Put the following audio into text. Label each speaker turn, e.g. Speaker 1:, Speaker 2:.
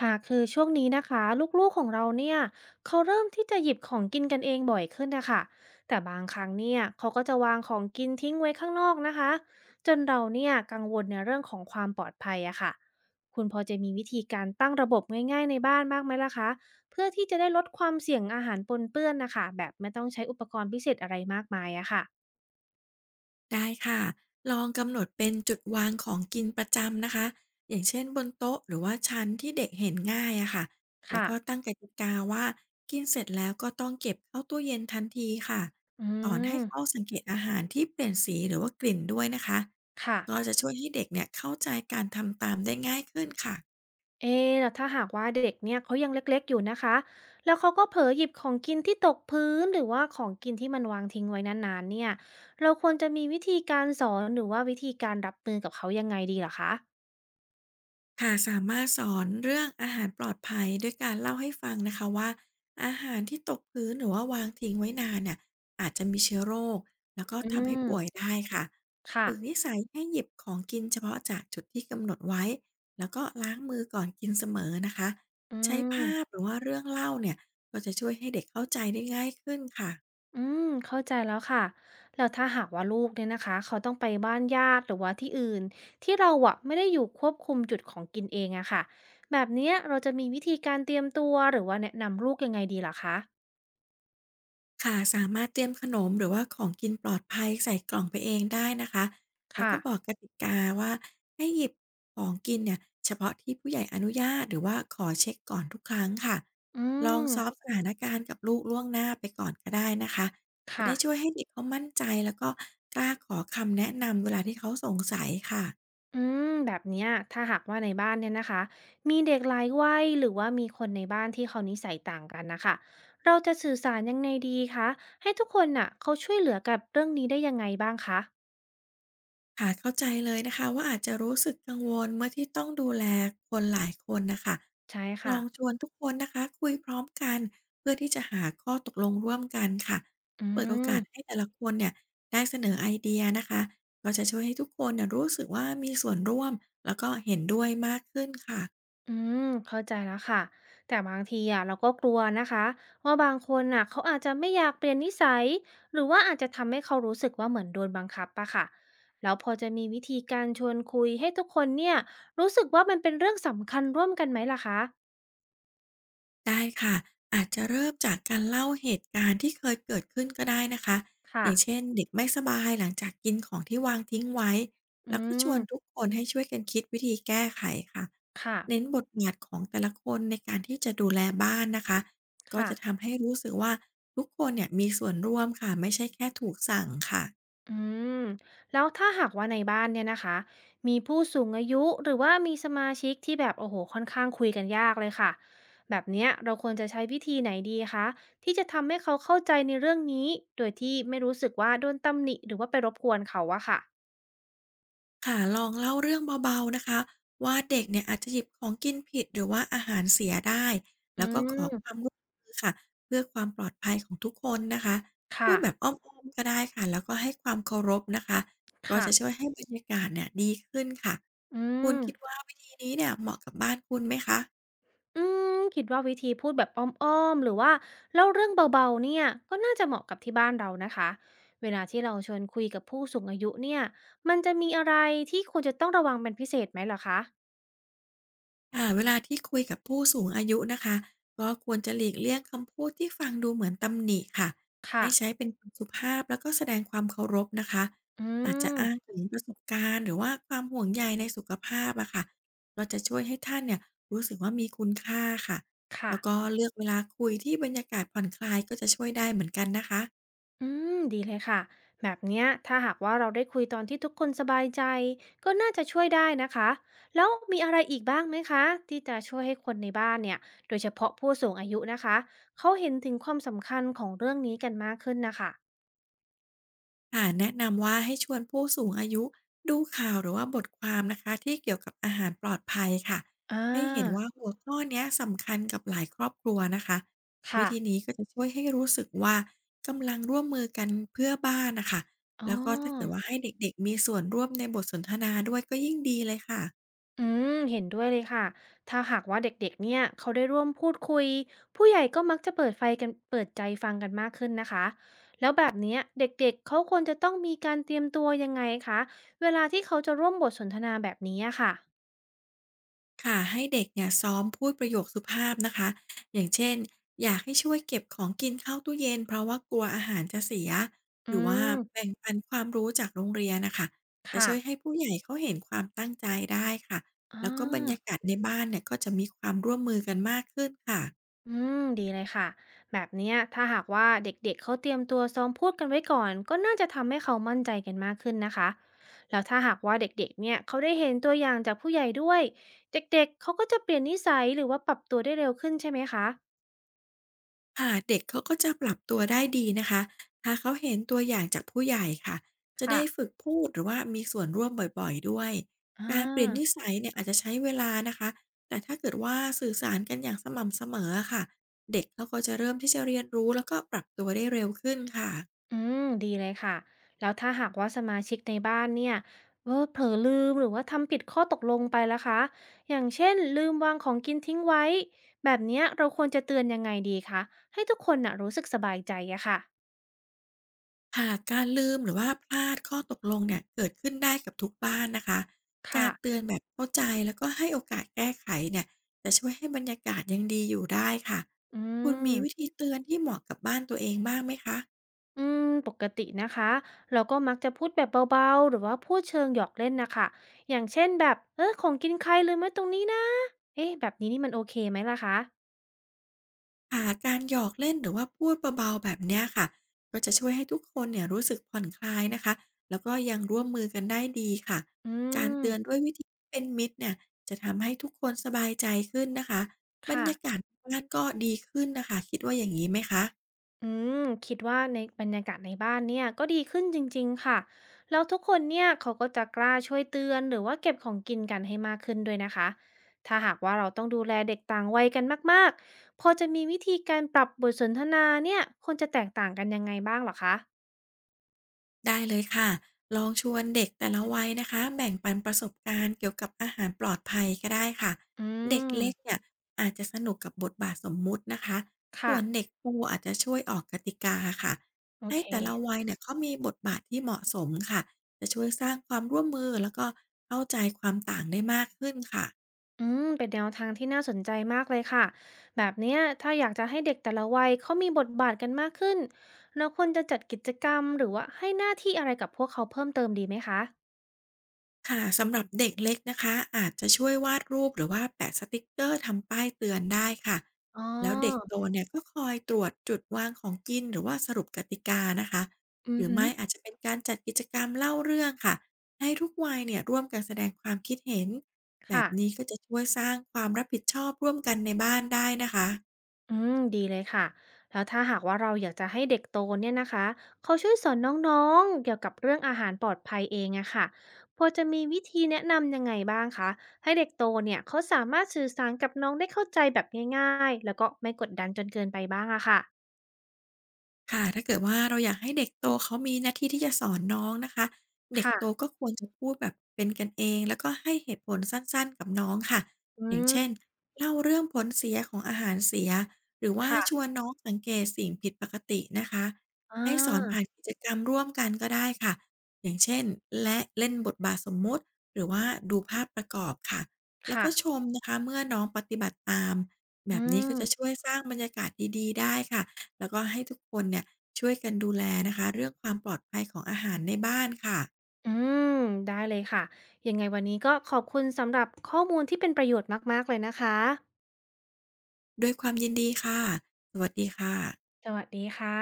Speaker 1: ค่ะคือช่วงนี้นะคะลูกๆของเราเนี่ยเขาเริ่มที่จะหยิบของกินกันเองบ่อยขึ้นนะคะแต่บางครั้งเนี่ยเขาก็จะวางของกินทิ้งไว้ข้างนอกนะคะจนเราเนี่ยกังวลในเรื่องของความปลอดภัยอะค่ะคุณพอจะมีวิธีการตั้งระบบง่ายๆในบ้านบ้างไหมล่ะคะเพื่อที่จะได้ลดความเสี่ยงอาหารปนเปื้อนนะคะแบบไม่ต้องใช้อุปกรณ์พิเศษอะไรมากมายอะค่ะ
Speaker 2: ได้ค่ะลองกำหนดเป็นจุดวางของกินประจำนะคะอย่างเช่นบนโต๊ะหรือว่าชั้นที่เด็กเห็นง่ายอะค่ะแล้ว
Speaker 1: ค่ะ
Speaker 2: ก็ตั้งกติกาว่ากินเสร็จแล้วก็ต้องเก็บเข้าตู้เย็นทันทีค่ะ
Speaker 1: อื
Speaker 2: สอนให้
Speaker 1: ม
Speaker 2: เขาสังเกตอาหารที่เปลี่ยนสีหรือว่ากลิ่นด้วยนะคะ
Speaker 1: ค่ะ
Speaker 2: ก็จะช่วยให้เด็กเนี่ยเข้าใจการทำตามได้ง่ายขึ้นค่ะ
Speaker 1: เอ๊ะแล้วถ้าหากว่าเด็กเนี่ยเขายังเล็กๆอยู่นะคะแล้วเขาก็เผลอหยิบของกินที่ตกพื้นหรือว่าของกินที่มันวางทิ้งไว้นานๆเนี่ยเราควรจะมีวิธีการสอนหรือว่าวิธีการรับมือกับเขายังไงดีเหรอคะ
Speaker 2: ค่ะสามารถสอนเรื่องอาหารปลอดภัยด้วยการเล่าให้ฟังนะคะว่าอาหารที่ตกพื้นหรือว่าวางทิ้งไว้นานน่ะอาจจะมีเชื้อโรคแล้วก็
Speaker 1: อื
Speaker 2: ทำให้ป่วย
Speaker 1: ม
Speaker 2: ได้ค่ะ
Speaker 1: ค่ะ
Speaker 2: ฝึกนิสัยให้หยิบของกินเฉพาะจากจุดที่กำหนดไว้แล้วก็ล้างมือก่อนกินเสมอนะคะ
Speaker 1: อื
Speaker 2: ใช้
Speaker 1: ม
Speaker 2: ภาพหรือว่าเรื่องเล่าเนี่ยก็จะช่วยให้เด็กเข้าใจได้ง่ายขึ้นค่ะ
Speaker 1: อืมเข้าใจแล้วค่ะแล้วถ้าหากว่าลูกเนี่ยนะคะเขาต้องไปบ้านญาติหรือว่าที่อื่นที่เราอะไม่ได้อยู่ควบคุมจุดของกินเองอะค่ะแบบเนี้ยเราจะมีวิธีการเตรียมตัวหรือว่าแนะนำลูกยังไงดีล่ะคะ
Speaker 2: ค่ะสามารถเตรียมขนมหรือว่าของกินปลอดภัยใส่กล่องไปเองได้นะคะแล้ว
Speaker 1: ค่ะ
Speaker 2: ก็บอกกติกาว่าให้หยิบของกินเนี่ยเฉพาะที่ผู้ใหญ่อนุญาตหรือว่าขอเช็กก่อนทุกครั้งค่ะ
Speaker 1: อื
Speaker 2: ลอง
Speaker 1: ม
Speaker 2: ซ้อมสถานการณ์กับลูกล่วงหน้าไปก่อนก็ได้นะคะจะ
Speaker 1: ค่ะ
Speaker 2: ได้ช่วยให้เด็กเขามั่นใจแล้วก็กล้าขอคำแนะนำเวลาที่เขาสงสัยค่ะ
Speaker 1: อืม แบบเนี้ยถ้าหากว่าในบ้านเนี่ยนะคะ มีเด็กหลายวัยหรือว่ามีคนในบ้านที่เขานิสัยต่างกันนะคะ เราจะสื่อสารยังไงดีคะ ให้ทุกคนน่ะเขาช่วยเหลือกับเรื่องนี้ได้ยังไงบ้างคะ
Speaker 2: ค่ะเข้าใจเลยนะคะว่าอาจจะรู้สึกกังวลเมื่อที่ต้องดูแลคนหลายคนนะคะ
Speaker 1: ใช่
Speaker 2: ล
Speaker 1: ค่ะ
Speaker 2: องชวนทุกคนนะคะคุยพร้อมกันเพื่อที่จะหาข้อตกลงร่วมกันค่ะ
Speaker 1: อื
Speaker 2: เปิดโอ
Speaker 1: ม
Speaker 2: กาสให้แต่ละคนเนี่ยได้เสนอไอเดียนะคะก็จะช่วยให้ทุกคนเนี่ยรู้สึกว่ามีส่วนร่วมแล้วก็เห็นด้วยมากขึ้นค่ะ
Speaker 1: อืมเข้าใจแล้วค่ะแต่บางทีอะเราก็กลัวนะคะว่าบางคนอ่ะเขาอาจจะไม่อยากเปลี่ยนนิสัยหรือว่าอาจจะทำให้เขารู้สึกว่าเหมือนโดนบังคับปะค่ะแล้วพอจะมีวิธีการชวนคุยให้ทุกคนเนี่ยรู้สึกว่ามันเป็นเรื่องสำคัญร่วมกันไหมล่ะคะ
Speaker 2: ได้ค่ะอาจจะเริ่มจากการเล่าเหตุการณ์ที่เคยเกิดขึ้นก็ได้นะคะ
Speaker 1: ค่ะ
Speaker 2: อย่างเช่นเด็กไม่สบายหลังจากกินของที่วางทิ้งไว้
Speaker 1: อื
Speaker 2: แล้วก็ช
Speaker 1: ม
Speaker 2: วนทุกคนให้ช่วยกันคิดวิธีแก้ไขค่ะ
Speaker 1: ค่ะ
Speaker 2: เน้นบทบาทของแต่ละคนในการที่จะดูแลบ้านนะคะก็
Speaker 1: ค่ะ
Speaker 2: จะทำให้รู้สึกว่าทุกคนเนี่ยมีส่วนร่วมค่ะไม่ใช่แค่ถูกสั่งค่ะ
Speaker 1: อืมแล้วถ้าหากว่าในบ้านเนี่ยนะคะมีผู้สูงอายุหรือว่ามีสมาชิกที่แบบโอ้โหค่อนข้างคุยกันยากเลยค่ะแบบเนี้ยเราควรจะใช้วิธีไหนดีคะที่จะทำให้เขาเข้าใจในเรื่องนี้โดยที่ไม่รู้สึกว่าโดนตำหนิหรือว่าไปรบกวนเขาอะค่ะ
Speaker 2: ค่ะลองเล่าเรื่องเบาๆนะคะว่าเด็กเนี่ยอาจจะหยิบของกินผิดหรือว่าอาหารเสียได้
Speaker 1: อื
Speaker 2: แล้วก็ขอควา
Speaker 1: ม
Speaker 2: มร่วมมือค่ะเพื่อความปลอดภัยของทุกคนนะคะพู
Speaker 1: ค่ะ
Speaker 2: ดแบบอ้อมๆก็ได้ค่ะแล้วก็ให้ความเคารพนะคะก็
Speaker 1: ค่ะ
Speaker 2: จะช่วยให้บรรยากาศเนี่ยดีขึ้นค่ะ
Speaker 1: อื
Speaker 2: คุณ
Speaker 1: ม
Speaker 2: คิดว่าวิธีนี้เนี่ยเหมาะกับบ้านคุณไหมคะ
Speaker 1: อืมคิดว่าวิธีพูดแบบอ้อมๆหรือว่าเล่าเรื่องเบาๆเนี่ยก็น่าจะเหมาะกับที่บ้านเรานะคะเวลาที่เราชวนคุยกับผู้สูงอายุเนี่ยมันจะมีอะไรที่ควรจะต้องระวังเป็นพิเศษไหมเหรอคะ
Speaker 2: ค่ะเวลาที่คุยกับผู้สูงอายุนะคะก็ควรจะหลีกเลี่ยงคำพูดที่ฟังดูเหมือนตำหนิค่ะ
Speaker 1: ค่ะ
Speaker 2: ให้ใช้เป็นคำสุภาพแล้วก็แสดงความเคารพนะคะ
Speaker 1: อื
Speaker 2: อาจจะ
Speaker 1: ม
Speaker 2: อ้างถึงประสบการณ์หรือว่าความห่วงใยในสุขภาพอะค่ะก็จะช่วยให้ท่านเนี่ยรู้สึกว่ามีคุณค่าค่ะ
Speaker 1: ค่ะ
Speaker 2: แล้วก็เลือกเวลาคุยที่บรรยากาศผ่อนคลายก็จะช่วยได้เหมือนกันนะคะ
Speaker 1: อืมดีเลยค่ะแบบเนี้ยถ้าหากว่าเราได้คุยตอนที่ทุกคนสบายใจก็น่าจะช่วยได้นะคะแล้วมีอะไรอีกบ้างไหมคะที่จะช่วยให้คนในบ้านเนี่ยโดยเฉพาะผู้สูงอายุนะคะเขาเห็นถึงความสำคัญของเรื่องนี้กันมากขึ้นนะคะ
Speaker 2: ค่ะแนะนำว่าให้ชวนผู้สูงอายุดูข่าวหรือว่าบทความนะคะที่เกี่ยวกับอาหารปลอดภัยค่ะ
Speaker 1: อา
Speaker 2: ให้เห็นว่าหัวข้อเนี้ยสำคัญกับหลายครอบครัวนะคะวิ
Speaker 1: ค่ะ
Speaker 2: ธีนี้ก็จะช่วยให้รู้สึกว่ากำลังร่วมมือกันเพื่อบ้านนะคะ
Speaker 1: อ๋อ
Speaker 2: แล้วก็ถ้าเกิดว่าให้เด็กๆมีส่วนร่วมในบทสนทนาด้วยก็ยิ่งดีเลยค่ะ
Speaker 1: อืมเห็นด้วยเลยค่ะ ถ้าหากว่าเด็กๆเนี่ย เขาได้ร่วมพูดคุย ผู้ใหญ่ก็มักจะเปิดไฟกันเปิดใจฟังกันมากขึ้นนะคะ แล้วแบบเนี้ยเด็กๆ เขาควรจะต้องมีการเตรียมตัวยังไงคะเวลาที่เขาจะร่วมบทสนทนาแบบนี้อะค่ะ
Speaker 2: ค่ะให้เด็กเนี่ยซ้อมพูดประโยคสุภาพนะคะอย่างเช่นอยากให้ช่วยเก็บของกินเข้าตู้เย็นเพราะว่ากลัวอาหารจะเสีย
Speaker 1: อื
Speaker 2: หรือว่า
Speaker 1: ม
Speaker 2: แบ่งปันความรู้จากโรงเรียนน่ะค่ะจะ
Speaker 1: ค่ะ
Speaker 2: ช่วยให้ผู้ใหญ่เขาเห็นความตั้งใจได้ค่ะ
Speaker 1: อา
Speaker 2: แล้วก็บรรยากาศในบ้านเนี่ยก็จะมีความร่วมมือกันมากขึ้นค่ะ
Speaker 1: อืมดีเลยค่ะแบบเนี้ยถ้าหากว่าเด็กๆเขาเตรียมตัวซ้อมพูดกันไว้ก่อนก็น่าจะทำให้เขามั่นใจกันมากขึ้นนะคะแล้วถ้าหากว่าเด็กๆเนี่ยเขาได้เห็นตัวอย่างจากผู้ใหญ่ด้วยเด็กๆเขาก็จะเปลี่ยนนิสัยหรือว่าปรับตัวได้เร็วขึ้นใช่ไหมคะ
Speaker 2: ค่ะเด็กเขาก็จะปรับตัวได้ดีนะคะถ้าเขาเห็นตัวอย่างจากผู้ใหญ่ค่ะจะ
Speaker 1: ค่ะ
Speaker 2: ได้ฝึกพูดหรือว่ามีส่วนร่วมบ่อยๆด้วย
Speaker 1: อ่
Speaker 2: การเปลี่ยนนิ
Speaker 1: า
Speaker 2: สัยเนี่ยอาจจะใช้เวลานะคะแต่ถ้าเกิดว่าสื่อสารกันอย่างสม่ำเสมอค่ะเด็กเขาก็จะเริ่มที่จะเรียนรู้แล้วก็ปรับตัวได้เร็วขึ้นค่ะ
Speaker 1: อืมดีเลยค่ะแล้วถ้าหากว่าสมาชิกในบ้านเนี่ยเผลอลืมหรือว่าทำผิดข้อตกลงไปแล้วคะอย่างเช่นลืมวางของกินทิ้งไว้แบบเนี้ยเราควรจะเตือนยังไงดีคะให้ทุกคนน่ะรู้สึกสบายใจอะค่ะ
Speaker 2: หากการลืมหรือว่าพลาดข้อตกลงเนี่ยเกิดขึ้นได้กับทุกบ้านนะคะกา
Speaker 1: ค่ะ
Speaker 2: รเตือนแบบเข้าใจแล้วก็ให้โอกาสแก้ไขเนี่ยจะช่วยให้บรรยากาศยังดีอยู่ได้ค่ะ
Speaker 1: อื
Speaker 2: คุณ
Speaker 1: ม
Speaker 2: มีวิธีเตือนที่เหมาะกับบ้านตัวเองบ้างไหมคะ
Speaker 1: อืมปกตินะคะเราก็มักจะพูดแบบเบาๆหรือว่าพูดเชิงหยอกเล่นนะคะอย่างเช่นแบบของกินใครลืมไว้ตรงนี้นะเอ๊ะแบบนี้นี่มันโอเคไหมล่ะคะ
Speaker 2: ค่ะการหยอกเล่นหรือว่าพูดเบาๆแบบเนี้ยค่ะก็จะช่วยให้ทุกคนเนี่ยรู้สึกผ่อนคลายนะคะแล้วก็ยังร่วมมือกันได้ดีค่ะ
Speaker 1: อื
Speaker 2: การ
Speaker 1: ม
Speaker 2: เตือนด้วยวิธีเป็นมิตรเนี่ยจะทำให้ทุกคนสบายใจขึ้นนะคะบร
Speaker 1: ค่ะ
Speaker 2: รยากาศบ้านก็ดีขึ้นนะคะคิดว่าอย่างนี้ไหมคะ
Speaker 1: อืมคิดว่าในบรรยากาศในบ้านเนี่ยก็ดีขึ้นจริงๆค่ะแล้วทุกคนเนี่ยเขาก็จะกล้าช่วยเตือนหรือว่าเก็บของกินกันให้มากขึ้นด้วยนะคะถ้าหากว่าเราต้องดูแลเด็กต่างวัยกันมากๆพอจะมีวิธีการปรับบทสนทนาเนี่ยควรจะแตกต่างกันยังไงบ้างเหรอคะ
Speaker 2: ได้เลยค่ะ ลองชวนเด็กแต่ละวัยนะคะแบ่งปันประสบการณ์เกี่ยวกับอาหารปลอดภัยก็ได้ค่ะ
Speaker 1: อื
Speaker 2: เด็ก
Speaker 1: ม
Speaker 2: เล็กเนี่ยอาจจะสนุกกับบทบาทสมมุตินะคะ
Speaker 1: ค่ะ
Speaker 2: ส่วนเด็กโตอาจจะช่วยออกกติกาค่ะ
Speaker 1: โอ
Speaker 2: ให้
Speaker 1: เค
Speaker 2: แต่ละวัยเนี่ยเขามีบทบาทที่เหมาะสมค่ะจะช่วยสร้างความร่วมมือแล้วก็เข้าใจความต่างได้มากขึ้นค่ะ
Speaker 1: อืมเป็นแนวทางที่น่าสนใจมากเลยค่ะแบบเนี้ยถ้าอยากจะให้เด็กแต่ละวัยเขามีบทบาทกันมากขึ้นเราควรจะจัดกิจกรรมหรือว่าให้หน้าที่อะไรกับพวกเขาเพิ่มเติมดีไหมคะ
Speaker 2: ค่ะสำหรับเด็กเล็กนะคะอาจจะช่วยวาดรูปหรือว่าแปะสติกเกอร์ทำป้ายเตือนได้ค่ะ
Speaker 1: อ๋อ
Speaker 2: แล้วเด็กโตเนี่ยก็คอยตรวจจุดวางของกินหรือว่าสรุปกติกานะคะ
Speaker 1: อื
Speaker 2: ห
Speaker 1: อ
Speaker 2: รือ
Speaker 1: หืึ
Speaker 2: ไม่อาจจะเป็นการจัดกิจกรรมเล่าเรื่องค่ะให้ทุกวัยเนี่ยร่วมกันแสดงความคิดเห็นแบ
Speaker 1: ค่ะ
Speaker 2: บนี้ก็จะช่วยสร้างความรับผิดชอบร่วมกันในบ้านได้นะคะ
Speaker 1: อืมดีเลยค่ะแล้วถ้าหากว่าเราอยากจะให้เด็กโตเนี่ยนะคะเขาช่วยสอนน้องๆเกี่ยวกับเรื่องอาหารปลอดภัยเองอะค่ะพอจะมีวิธีแนะนำยังไงบ้างคะให้เด็กโตเนี่ยเขาสามารถสื่อสารกับน้องได้เข้าใจแบบง่ายๆแล้วก็ไม่กดดันจนเกินไปบ้างอะค่ะ
Speaker 2: ค่ะถ้าเกิดว่าเราอยากให้เด็กโตเขามีหน้าที่ที่จะสอนน้องนะคะเด็ก
Speaker 1: ค่ะ
Speaker 2: โตก็ควรจะพูดแบบเป็นกันเองแล้วก็ให้เหตุผลสั้นๆกับน้องค่ะ
Speaker 1: อื
Speaker 2: อย่างเช่น
Speaker 1: ม
Speaker 2: เล่าเรื่องผลเสียของอาหารเสียหรือว่าชว
Speaker 1: ค่ะ
Speaker 2: นน้องสังเกตสิ่งผิดปกตินะคะ
Speaker 1: อ่า
Speaker 2: ให้สอนผ่านกิจกรรมร่วมกันก็ได้ค่ะอย่างเช่นและเล่นบทบาทสมมุติหรือว่าดูภาพประกอบค่ะแล้ว
Speaker 1: ค่ะ
Speaker 2: ก็ชมนะคะเมื่อน้องปฏิบัติตามแบ
Speaker 1: อื
Speaker 2: บนี้ก็จะ
Speaker 1: ม
Speaker 2: ช่วยสร้างบรรยากาศดีๆได้ค่ะ แล้วก็ให้ทุกคนเนี่ยช่วยกันดูแลนะคะเรื่องความปลอดภัยของอาหารในบ้านค่ะ
Speaker 1: อืมได้เลยค่ะยังไงวันนี้ก็ขอบคุณสำหรับข้อมูลที่เป็นประโยชน์มากๆเลยนะคะ
Speaker 2: ด้วยความยินดีค่ะสวัสดีค่ะ
Speaker 1: สวัสดีค่ะ